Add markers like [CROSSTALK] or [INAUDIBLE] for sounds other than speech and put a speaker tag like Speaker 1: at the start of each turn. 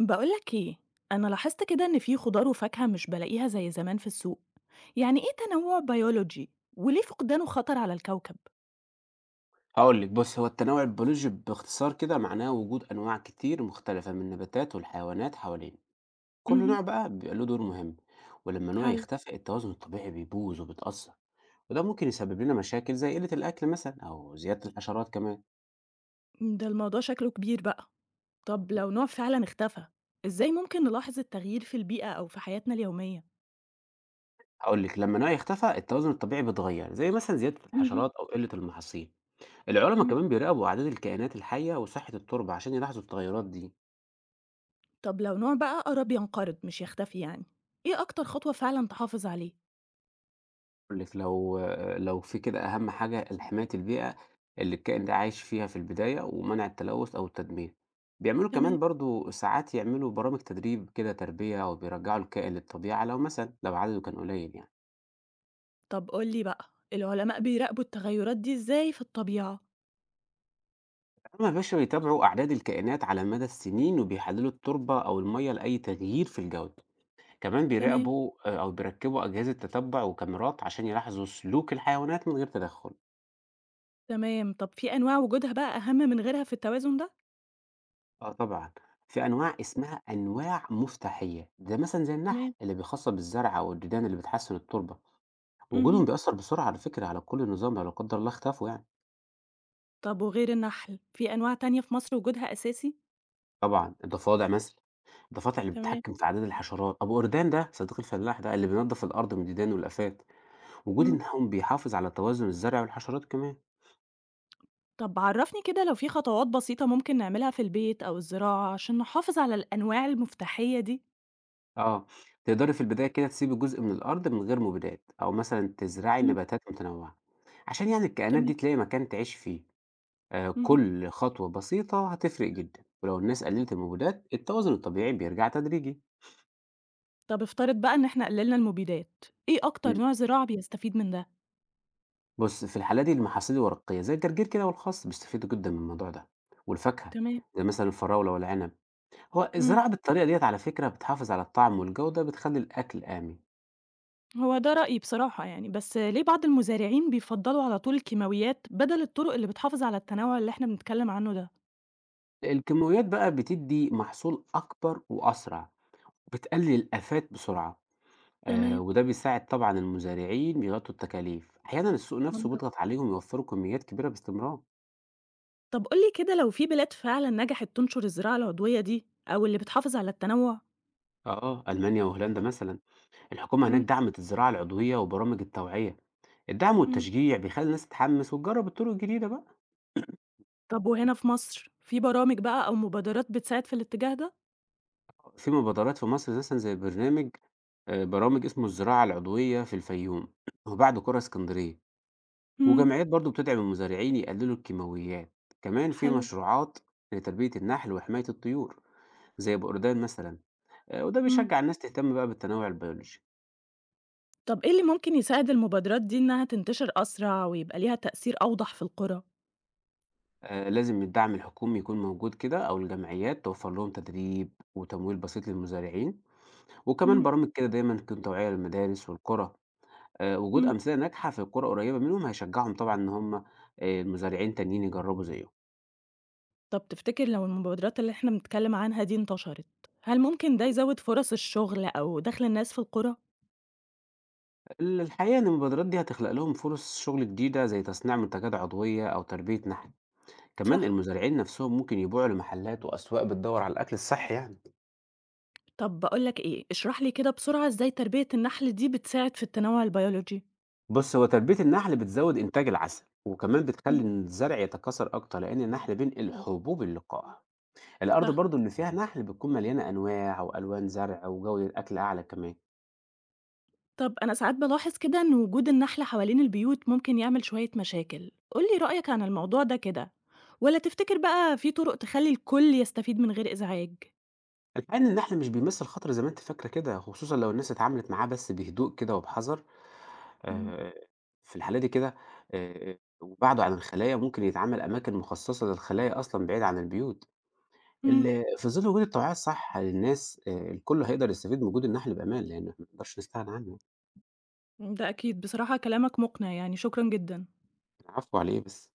Speaker 1: بقولك ايه. انا لاحظت كده ان في خضار وفاكهة مش بلاقيها زي زمان في السوق. يعني ايه تنوع بيولوجي وليه فقدانه خطر على الكوكب؟
Speaker 2: هاقول لِك بُصّ، هو التنوع البيولوجي باختصار كده معناه وجود أنواع كتير مختلفة من النباتات والحيوانات حوالينا، كل
Speaker 1: امم
Speaker 2: نوع بقى بيبقى له دور مهم، ولمّا نوع
Speaker 1: حلو.
Speaker 2: يختفي التوازن الطبيعي بيبوظ وبيتأثر، وده ممكن يسبب لنا مشاكل زي قلة الأكل مثلًا أو زيادة الحشرات كمان.
Speaker 1: ده الموضوع شكله كبير بقى. طب لو نوع فعلا اختفى، ازاي ممكن نلاحظ التغيير في البيئة او في حياتنا اليومية؟
Speaker 2: هاقول لِك لمّا نوع يختفى التوازن الطبيعي بيتغير، زي مثلًا زيادة
Speaker 1: امم.
Speaker 2: الحشرات أو قلة المحاصيل، العلما كمان بيراقبوا أعداد الكائنات الحية وصحة التربة عشان يلاحظوا التغيرات دي.
Speaker 1: طب لو نوع بقى قرب ينقرض مش يختفي يعني، ايه اكتر خطوة فعلا تحافظ عليه؟
Speaker 2: أقول لِك لو في كده أهم حاجة ال حماية البيئة اللي الكائن ده عايش فيها في البداية، ومنع التلوث أو التدمير. بيعملوا كمان
Speaker 1: تمام.
Speaker 2: برضه ساعات يعملوا برامج تدريب كده تربية، أو بيرجعوا الكائن للطبيعة لو مثلًا لو عدده كان قليل يعني.
Speaker 1: طب قولي بقى العلماء بيراقبوا التغيرات دي ازاي في الطبيعة؟
Speaker 2: هُم يا باشا بيتابعوا أعداد الكائنات على مدى السنين، وبيحللوا التربة أو المَيَّة لأي تغيير في الجودة. كمان
Speaker 1: تمام.
Speaker 2: بيراقبوا أو بيركبوا أجهزة تتبع وكاميرات عشان يلاحظوا سلوك الحيوانات من غير تدخل.
Speaker 1: تمام، طب في أنواع وجودها بقى أهم من غيرها في التوازن ده؟
Speaker 2: آه، طبعًا، في أنواع اسمها أنواع مفتاحية، ده مثلًا زي النحل
Speaker 1: تمام،
Speaker 2: اللي بيخصب الزرع أو الديدان اللي بتحسن التربة، وجودهم
Speaker 1: اهم،
Speaker 2: بيأثر بسرعة على فكرة على كل نظام لو لا قدر الله اختفوا يعني.
Speaker 1: طب وغير النحل، في أنواع تانية في مصر وجودها أساسي؟
Speaker 2: طبعًا الضفادع مثلًا، الضفادع اللي
Speaker 1: تمام،
Speaker 2: بتتحكم في أعداد الحشرات، أبو قردان ده صديق الفلاح ده اللي بينضف الأرض من الديدان والآفات، وجود
Speaker 1: إمم،
Speaker 2: إنهم بيحافظ على توازن الزرع والحشرات كمان.
Speaker 1: طب عرّفني كده لو في خطوات بسيطة ممكن نعملها في البيت أو الزراعة عشان نحافظ على الأنواع المفتاحية دي؟
Speaker 2: آه، تقدري في البداية كده تسيبي جزء من الأرض من غير مبيدات، أو مثلًا تزرعي
Speaker 1: إمم،
Speaker 2: نباتات متنوعة، عشان يعني الكائنات
Speaker 1: تمام،
Speaker 2: دي تلاقي مكان تعيش فيه. آه،
Speaker 1: اهم،
Speaker 2: كل خطوة بسيطة هتفرق جدا ولو الناس قللت المبيدات التوازن الطبيعي بيرجع تدريجي.
Speaker 1: طب افترض بقى إن إحنا قللنا المبيدات، إيه
Speaker 2: مم.
Speaker 1: أكتر نوع زراعة بيستفيد من ده؟
Speaker 2: بص، في الحالة دي المحاصيل الورقية زي الجرجير كده والخس بيستفيدوا جدا من الموضوع ده، والفاكهة
Speaker 1: تمام،
Speaker 2: زي مثلا الفراولة والعنب. هو
Speaker 1: إمم،
Speaker 2: الزراعة بالطريقة ديت على فكرة بتحافظ على الطعم والجودة، بتخلي الأكل آمن.
Speaker 1: هو ده رأيي بصراحة يعني، بس ليه بعض المزارعين بيفضّلوا على طول الكيماويات بدل الطرق اللي بتحافظ على التنوع اللي إحنا بنتكلم عنه ده؟
Speaker 2: الكيماويات بقى بتدي محصول أكبر وأسرع، بتقلل الآفات بسرعة،
Speaker 1: تمام.
Speaker 2: وده بيساعد طبعا المزارعين بيغطوا التكاليف، أحيانا السوق نفسه بيضغط
Speaker 1: منطقي.
Speaker 2: عليهم يوفروا كميات كبيرة باستمرار.
Speaker 1: طب قُل لي كده لو في بلاد فعلًا نجحت تنشر الزراعة العضوية دي أو اللي بتحافظ على التنوع؟
Speaker 2: ألمانيا وهولندا مثلا، الحكومة هناك
Speaker 1: إمم،
Speaker 2: دعمت الزراعة العضوية وبرامج التوعية، الدعم
Speaker 1: إمم.
Speaker 2: والتشجيع بيخلي الناس تتحمس وتجرب الطرق الجديدة بقى.
Speaker 1: طب وهنا في مصر، في برامج بقى أو مبادرات بتساعد في الاتجاه ده؟
Speaker 2: في مبادرات في مصر مثلا زي برنامج آه، برامج اسمه الزراعة العضوية في الفيوم [CLEARS THROAT] وبعد قرى اسكندرية،
Speaker 1: إمم،
Speaker 2: وجمعيات برضو بتدعم المزارعين يقللوا الكيماويات، كمان في
Speaker 1: حلو،
Speaker 2: مشروعات لتربية النحل وحماية الطيور زي بقردان مثلا. وده
Speaker 1: إمم.
Speaker 2: بيشجع الناس تهتم بقى بالتنوع البيولوجي.
Speaker 1: طب إيه اللي ممكن يساعد المبادرات دي إنها تنتشر أسرع ويبقى ليها تأثير أوضح في القرى؟
Speaker 2: آه، لازم الدعم الحكومي يكون موجود كده أو الجمعيات توفر لهم تدريب وتمويل بسيط للمزارعين، وكمان
Speaker 1: إمم،
Speaker 2: برامج كده دايما تكون توعية للمدارس والقرى. وجود
Speaker 1: إمم.
Speaker 2: أمثلة ناجحة في القرى قريبة منهم هيشجعهم طبعا إن هم المزارعين تانيين يجربوا زيهم.
Speaker 1: طب تفتكر لو المبادرات اللي إحنا بنتكلم عنها دي انتشرت، هل ممكن ده يزود فرص الشغل أو دخل الناس في القرى؟
Speaker 2: الحقيقة إن المبادرات دي هتخلق لهم فرص شغل جديدة زي تصنيع منتجات عضوية أو تربية نحل، كمان
Speaker 1: صح.
Speaker 2: المزارعين نفسهم ممكن يبيعوا لمحلات وأسواق بتدور على الأكل الصحي يعني.
Speaker 1: طب باقول لك إيه، اشرح لي كده بسرعة إزاي تربية النحل دي بتساعد في التنوع البيولوجي؟
Speaker 2: بُص، هو تربية النحل بتزوّد إنتاج العسل، وكمان بتخلّي
Speaker 1: مم،
Speaker 2: إن الزرع يتكاثر أكتر، لإن النحل بينقل حبوب اللقاح. الأرض
Speaker 1: صح.
Speaker 2: برضه اللي فيها نحل بتكون مليانة أنواع وألوان زرع وجودة أكل أعلى كمان.
Speaker 1: طب أنا ساعات بلاحظ كده إن وجود النحل حوالين البيوت ممكن يعمل شوية مشاكل، قُل لي رأيك عن الموضوع ده كده، والّا تفتكر بقى في طرق تخلّي الكل يستفيد من غير إزعاج؟
Speaker 2: الحقيقة إن النحل مش بيمثل خطر زي ما أنت فاكرة كده، خصوصًا لو الناس اتعاملت معاه بس بهدوء كده وبحذر.
Speaker 1: مم.
Speaker 2: آآ في الحالة دي كده وبعده عن الخلايا، ممكن يتعمل أماكن مخصصة للخلايا أصلًا بعيد عن البيوت.
Speaker 1: إمم،
Speaker 2: ال في ظل وجود التوعية الصح للناس الكل هيقدر يستفيد من وجود النحل بأمان، لإن إحنا ما نقدرش نستغنى عنه.
Speaker 1: ده أكيد، بصراحة كلامك مقنع يعني، شكرًا جدًا.
Speaker 2: العفو على إيه بس.